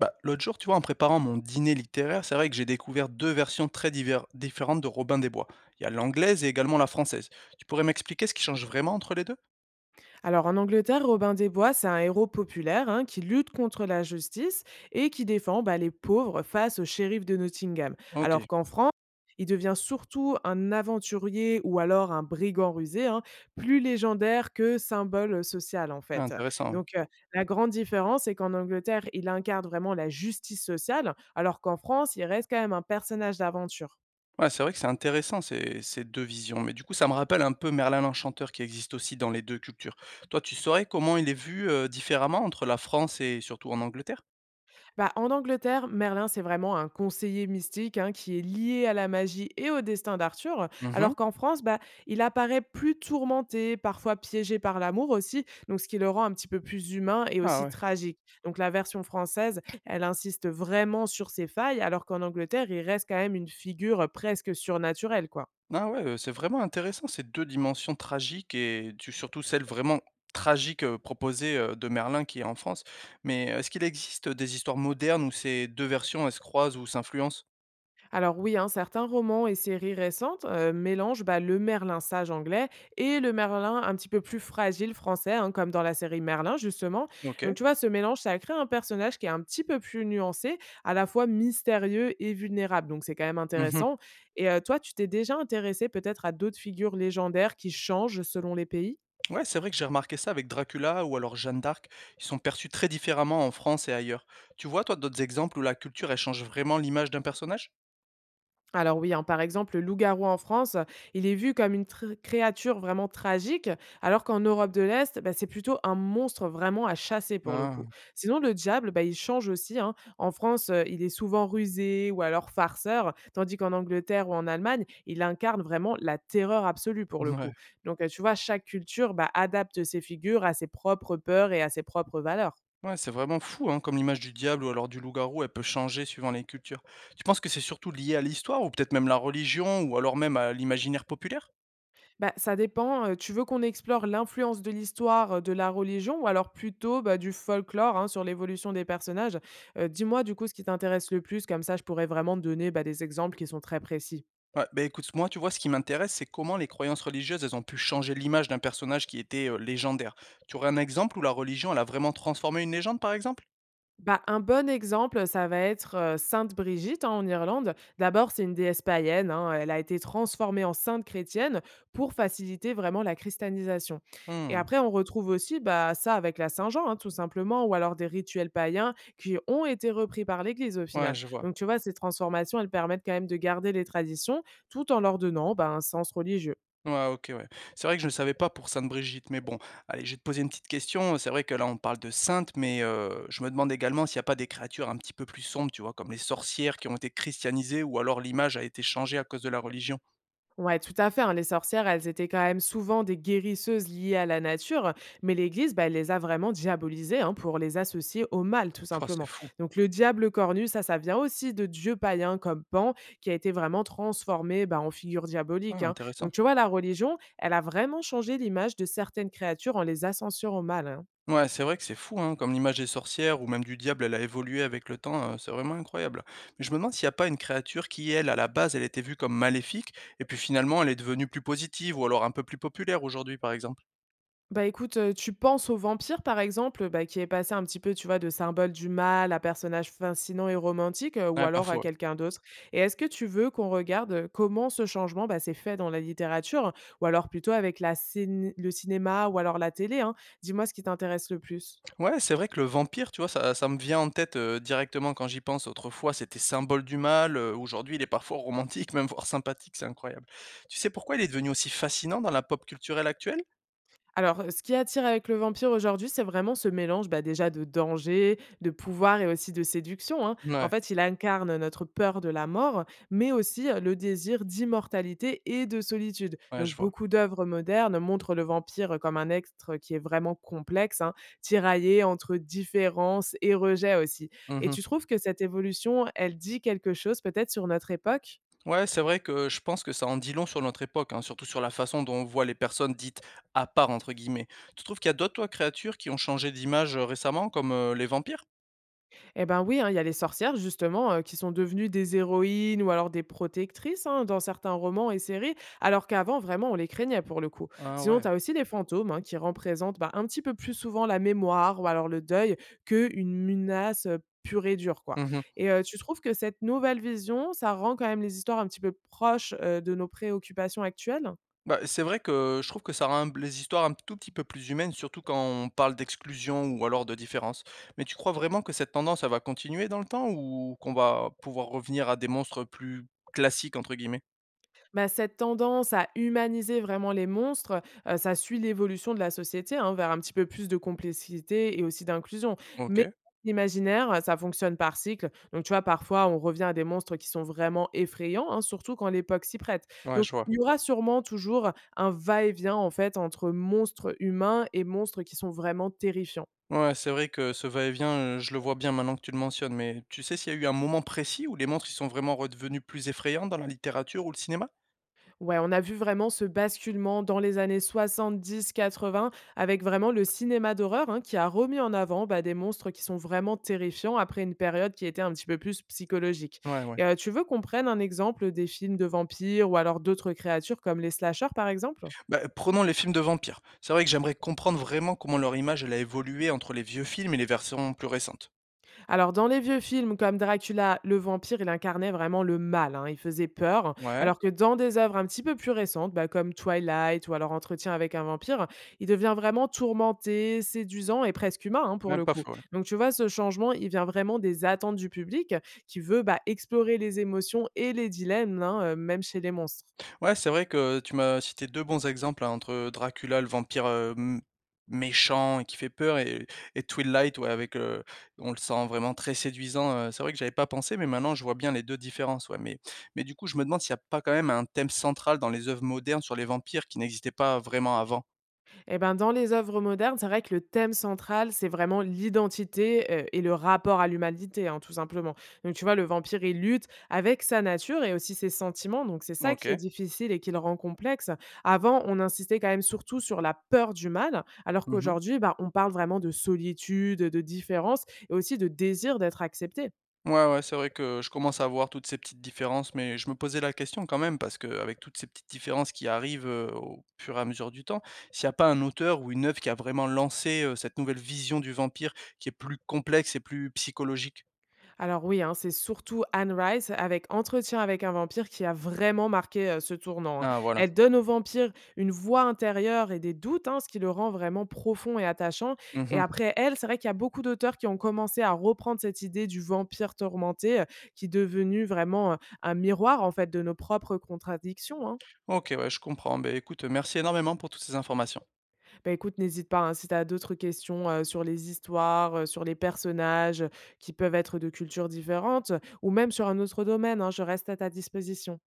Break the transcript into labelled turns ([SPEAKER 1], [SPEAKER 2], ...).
[SPEAKER 1] Bah, l'autre jour, tu vois, en préparant mon dîner littéraire, c'est vrai que j'ai découvert deux versions différentes de Robin des Bois. Il y a l'anglaise et également la française. Tu pourrais m'expliquer ce qui change vraiment entre les deux.
[SPEAKER 2] Alors en Angleterre, Robin des Bois, c'est un héros populaire hein, qui lutte contre la justice et qui défend bah, les pauvres face au shérif de Nottingham.
[SPEAKER 1] Ok.
[SPEAKER 2] Alors qu'en France, il devient surtout un aventurier ou alors un brigand rusé, hein, plus légendaire que symbole social en
[SPEAKER 1] Ah,
[SPEAKER 2] fait.
[SPEAKER 1] intéressant. Ouais.
[SPEAKER 2] Donc la grande différence, c'est qu'en Angleterre, il incarne vraiment la justice sociale, alors qu'en France, il reste quand même un personnage d'aventure.
[SPEAKER 1] Ouais, c'est vrai que c'est intéressant ces deux visions. Mais du coup, ça me rappelle un peu Merlin l'Enchanteur qui existe aussi dans les deux cultures. Toi, tu saurais comment il est vu, différemment entre la France et surtout en Angleterre?
[SPEAKER 2] Bah, en Angleterre, Merlin, c'est vraiment un conseiller mystique hein, qui est lié à la magie et au destin d'Arthur,
[SPEAKER 1] Mhm.
[SPEAKER 2] alors qu'en France, bah, il apparaît plus tourmenté, parfois piégé par l'amour aussi, donc ce qui le rend un petit peu plus humain et
[SPEAKER 1] Ah
[SPEAKER 2] aussi
[SPEAKER 1] ouais.
[SPEAKER 2] tragique. Donc la version française, elle insiste vraiment sur ses failles, alors qu'en Angleterre, il reste quand même une figure presque surnaturelle, quoi.
[SPEAKER 1] Ah ouais, c'est vraiment intéressant ces 2 dimensions tragiques et tu surtout celle vraiment tragique, proposée, de Merlin qui est en France. Mais est-ce qu'il existe des histoires modernes où ces 2 versions, elles se croisent ou s'influencent?
[SPEAKER 2] Alors oui, hein, certains romans et séries récentes, mélangent bah, le Merlin sage anglais et le Merlin un petit peu plus fragile français, hein, comme dans la série Merlin justement. Donc
[SPEAKER 1] OK.
[SPEAKER 2] tu vois, ce mélange, ça crée un personnage qui est un petit peu plus nuancé, à la fois mystérieux et vulnérable. Donc c'est quand même
[SPEAKER 1] Mmh.
[SPEAKER 2] intéressant. Et toi, tu t'es déjà intéressé peut-être à d'autres figures légendaires qui changent selon les pays?
[SPEAKER 1] Ouais, c'est vrai que j'ai remarqué ça avec Dracula ou alors Jeanne d'Arc. Ils sont perçus très différemment en France et ailleurs. Tu vois, toi, d'autres exemples où la culture, elle change vraiment l'image d'un personnage?
[SPEAKER 2] Alors oui, hein, par exemple, le loup-garou en France, il est vu comme une créature vraiment tragique, alors qu'en Europe de l'Est, bah, c'est plutôt un monstre vraiment à chasser pour le
[SPEAKER 1] Ah,
[SPEAKER 2] coup. Sinon, le diable, bah, il change aussi, hein. En France, il est souvent rusé ou alors farceur, tandis qu'en Angleterre ou en Allemagne, il incarne vraiment la terreur absolue pour le
[SPEAKER 1] ouais.
[SPEAKER 2] coup. Donc, tu vois, chaque culture bah, adapte ses figures à ses propres peurs et à ses propres valeurs.
[SPEAKER 1] Ouais, c'est vraiment fou, hein, comme l'image du diable ou alors du loup-garou, elle peut changer suivant les cultures. Tu penses que c'est surtout lié à l'histoire ou peut-être même la religion ou alors même à l'imaginaire populaire?
[SPEAKER 2] Bah, ça dépend, tu veux qu'on explore l'influence de l'histoire, de la religion ou alors plutôt, bah, du folklore, hein, sur l'évolution des personnages? Dis-moi du coup ce qui t'intéresse le plus, comme ça je pourrais vraiment te donner, bah, des exemples qui sont très précis.
[SPEAKER 1] Ouais, bah écoute, moi, tu vois, ce qui m'intéresse, c'est comment les croyances religieuses, elles ont pu changer l'image d'un personnage qui était, légendaire. Tu aurais un exemple où la religion, elle a vraiment transformé une légende, par exemple?
[SPEAKER 2] Bah, un bon exemple, ça va être sainte Brigitte, hein, en Irlande. D'abord, c'est une déesse païenne, hein, elle a été transformée en sainte chrétienne pour faciliter vraiment la christianisation, et
[SPEAKER 1] Hmm,
[SPEAKER 2] après on retrouve aussi, bah, ça avec la Saint-Jean, hein, tout simplement, ou alors des rituels païens qui ont été repris par l'Église au
[SPEAKER 1] ouais,
[SPEAKER 2] final.
[SPEAKER 1] je vois.
[SPEAKER 2] Donc tu vois, ces transformations, elles permettent quand même de garder les traditions tout en leur donnant, bah, un sens religieux.
[SPEAKER 1] Ouais, OK, ouais. C'est vrai que je ne savais pas pour Sainte Brigitte, mais bon, allez, je vais te poser une petite question. C'est vrai que là, on parle de sainte, mais je me demande également s'il n'y a pas des créatures un petit peu plus sombres, tu vois? Comme les sorcières qui ont été christianisées ou alors l'image a été changée à cause de la religion?
[SPEAKER 2] Ouais, tout à fait, hein. Les sorcières, elles étaient quand même souvent des guérisseuses liées à la nature, mais l'Église, bah, elle les a vraiment diabolisées hein, pour les associer au mal, tout
[SPEAKER 1] Pouah, c'est
[SPEAKER 2] simplement.
[SPEAKER 1] fou.
[SPEAKER 2] Donc le diable cornu, ça vient aussi de dieux païens comme Pan, qui a été vraiment transformé bah, en figure
[SPEAKER 1] Ah,
[SPEAKER 2] diabolique, hein.
[SPEAKER 1] intéressant.
[SPEAKER 2] Donc tu vois, la religion, elle a vraiment changé l'image de certaines créatures en les ascensurant au mal, hein.
[SPEAKER 1] Ouais, c'est vrai que c'est fou, hein, comme l'image des sorcières ou même du diable, elle a évolué avec le temps, c'est vraiment incroyable. Mais je me demande s'il n'y a pas une créature qui, elle, à la base, elle était vue comme maléfique, et puis finalement, elle est devenue plus positive, ou alors un peu plus populaire aujourd'hui, par exemple.
[SPEAKER 2] Bah, écoute, tu penses au vampire, par exemple, bah, qui est passé un petit peu, tu vois, de symbole du mal à personnage fascinant et romantique, ou
[SPEAKER 1] Ouais, pas
[SPEAKER 2] alors
[SPEAKER 1] faux.
[SPEAKER 2] à
[SPEAKER 1] Ouais.
[SPEAKER 2] quelqu'un d'autre? Et est-ce que tu veux qu'on regarde, comment ce changement, bah, s'est fait dans la littérature? Ou alors plutôt avec la cén le cinéma ou alors la télé, hein? Dis-moi ce qui t'intéresse le plus.
[SPEAKER 1] Ouais, c'est vrai que le vampire, tu vois, ça me vient en tête, directement quand j'y pense. Autrefois, c'était symbole du mal, aujourd'hui, il est parfois romantique, même voire sympathique, c'est incroyable. Tu sais pourquoi il est devenu aussi fascinant dans la pop culturelle actuelle?
[SPEAKER 2] Alors, ce qui attire avec le vampire aujourd'hui, c'est vraiment ce mélange, bah, déjà de danger, de pouvoir et aussi de séduction, hein. En
[SPEAKER 1] Ouais,
[SPEAKER 2] fait, il incarne notre peur de la mort, mais aussi le désir d'immortalité et de solitude.
[SPEAKER 1] ouais,
[SPEAKER 2] Donc
[SPEAKER 1] je vois.
[SPEAKER 2] beaucoup d'œuvres modernes montrent le vampire comme un être qui est vraiment complexe, hein, tiraillé entre différence et rejet aussi. Et
[SPEAKER 1] Mhm.
[SPEAKER 2] tu trouves que cette évolution, elle dit quelque chose peut-être sur notre époque?
[SPEAKER 1] Ouais, c'est vrai que je pense que ça en dit long sur notre époque, hein, surtout sur la façon dont on voit les personnes dites à part, entre guillemets. Tu trouves qu'il y a d'autres toi, créatures qui ont changé d'image, récemment, comme les vampires?
[SPEAKER 2] Eh ben oui, hein, il y a les sorcières justement, qui sont devenues des héroïnes ou alors des protectrices hein, dans certains romans et séries, alors qu'avant vraiment on les craignait pour le coup.
[SPEAKER 1] Ah
[SPEAKER 2] Sinon,
[SPEAKER 1] ouais.
[SPEAKER 2] tu as aussi les fantômes hein, qui représentent bah, un petit peu plus souvent la mémoire ou alors le deuil qu'une menace pure et dure quoi.
[SPEAKER 1] Mhm.
[SPEAKER 2] Et tu trouves que cette nouvelle vision, ça rend quand même les histoires un petit peu proches de nos préoccupations actuelles?
[SPEAKER 1] Bah, c'est vrai que je trouve que ça rend les histoires un tout petit peu plus humaines, surtout quand on parle d'exclusion ou alors de différence. Mais tu crois vraiment que cette tendance, elle va continuer dans le temps ou qu'on va pouvoir revenir à des monstres plus classiques, entre guillemets?
[SPEAKER 2] Bah, cette tendance à humaniser vraiment les monstres, ça suit l'évolution de la société, hein, vers un petit peu plus de complexité et aussi d'inclusion.
[SPEAKER 1] Ok,
[SPEAKER 2] Mais l'imaginaire, ça fonctionne par cycle. Donc, tu vois, parfois, on revient à des monstres qui sont vraiment effrayants, hein, surtout quand l'époque s'y prête.
[SPEAKER 1] ouais,
[SPEAKER 2] Donc,
[SPEAKER 1] je vois.
[SPEAKER 2] il y aura sûrement toujours un va-et-vient, en fait, entre monstres humains et monstres qui sont vraiment terrifiants.
[SPEAKER 1] Ouais, c'est vrai que ce va-et-vient, je le vois bien maintenant que tu le mentionnes, mais tu sais s'il y a eu un moment précis où les monstres, ils sont vraiment redevenus plus effrayants dans la littérature ou le cinéma?
[SPEAKER 2] Ouais, on a vu vraiment ce basculement dans les années soixante-dix, quatre-vingts, avec vraiment le cinéma d'horreur hein, qui a remis en avant bah, des monstres qui sont vraiment terrifiants après une période qui était un petit peu plus psychologique.
[SPEAKER 1] Ouais, ouais.
[SPEAKER 2] Et, tu veux qu'on prenne un exemple des films de vampires ou alors d'autres créatures comme les slashers par exemple?
[SPEAKER 1] Bah, prenons les films de vampires. C'est vrai que j'aimerais comprendre vraiment comment leur image, elle a évolué entre les vieux films et les versions plus récentes.
[SPEAKER 2] Alors, dans les vieux films comme Dracula, le vampire, il incarnait vraiment le mal, hein, il faisait peur.
[SPEAKER 1] Ouais,
[SPEAKER 2] Alors que dans des œuvres un petit peu plus récentes, bah, comme Twilight ou alors Entretien avec un vampire, il devient vraiment tourmenté, séduisant et presque humain hein, pour
[SPEAKER 1] ouais,
[SPEAKER 2] le
[SPEAKER 1] pas
[SPEAKER 2] coup.
[SPEAKER 1] faux, ouais.
[SPEAKER 2] Donc, tu vois, ce changement, il vient vraiment des attentes du public qui veut bah, explorer les émotions et les dilemmes, hein, même chez les monstres.
[SPEAKER 1] Ouais, c'est vrai que tu m'as cité 2 bons exemples, hein, entre Dracula, le vampire, m méchant et qui fait peur et Twilight, ouais, avec, on le sent vraiment très séduisant, c'est vrai que j'avais pas pensé, mais maintenant je vois bien les 2 différences, ouais, mais du coup, je me demande s'il y a pas quand même un thème central dans les œuvres modernes sur les vampires qui n'existait pas vraiment avant?
[SPEAKER 2] Eh ben, dans les œuvres modernes, c'est vrai que le thème central, c'est vraiment l'identité, et le rapport à l'humanité, hein, tout simplement. Donc tu vois, le vampire, il lutte avec sa nature et aussi ses sentiments, donc c'est ça qui est
[SPEAKER 1] OK.
[SPEAKER 2] difficile et qui le rend complexe. Avant, on insistait quand même surtout sur la peur du mal, alors
[SPEAKER 1] Mmh.
[SPEAKER 2] qu'aujourd'hui, bah, on parle vraiment de solitude, de différence et aussi de désir d'être accepté.
[SPEAKER 1] Ouais, ouais, c'est vrai que je commence à voir toutes ces petites différences, mais je me posais la question quand même, parce qu'avec toutes ces petites différences qui arrivent, au fur et à mesure du temps, s'il n'y a pas un auteur ou une œuvre qui a vraiment lancé, cette nouvelle vision du vampire qui est plus complexe et plus psychologique.
[SPEAKER 2] Alors oui, hein, c'est surtout Anne Rice avec Entretien avec un vampire qui a vraiment marqué ce tournant, hein.
[SPEAKER 1] Ah, voilà.
[SPEAKER 2] Elle donne au vampire une voix intérieure et des doutes, hein, ce qui le rend vraiment profond et attachant, et
[SPEAKER 1] Mhm.
[SPEAKER 2] après elle, c'est vrai qu'il y a beaucoup d'auteurs qui ont commencé à reprendre cette idée du vampire tourmenté, qui est devenu vraiment un miroir, en fait, de nos propres contradictions, hein.
[SPEAKER 1] Ok, ouais, je comprends. Ben, écoute, merci énormément pour toutes ces informations.
[SPEAKER 2] Bah, écoute, n'hésite pas, hein, si tu as d'autres questions, sur les histoires, sur les personnages, qui peuvent être de cultures différentes, ou même sur un autre domaine, hein, je reste à ta disposition.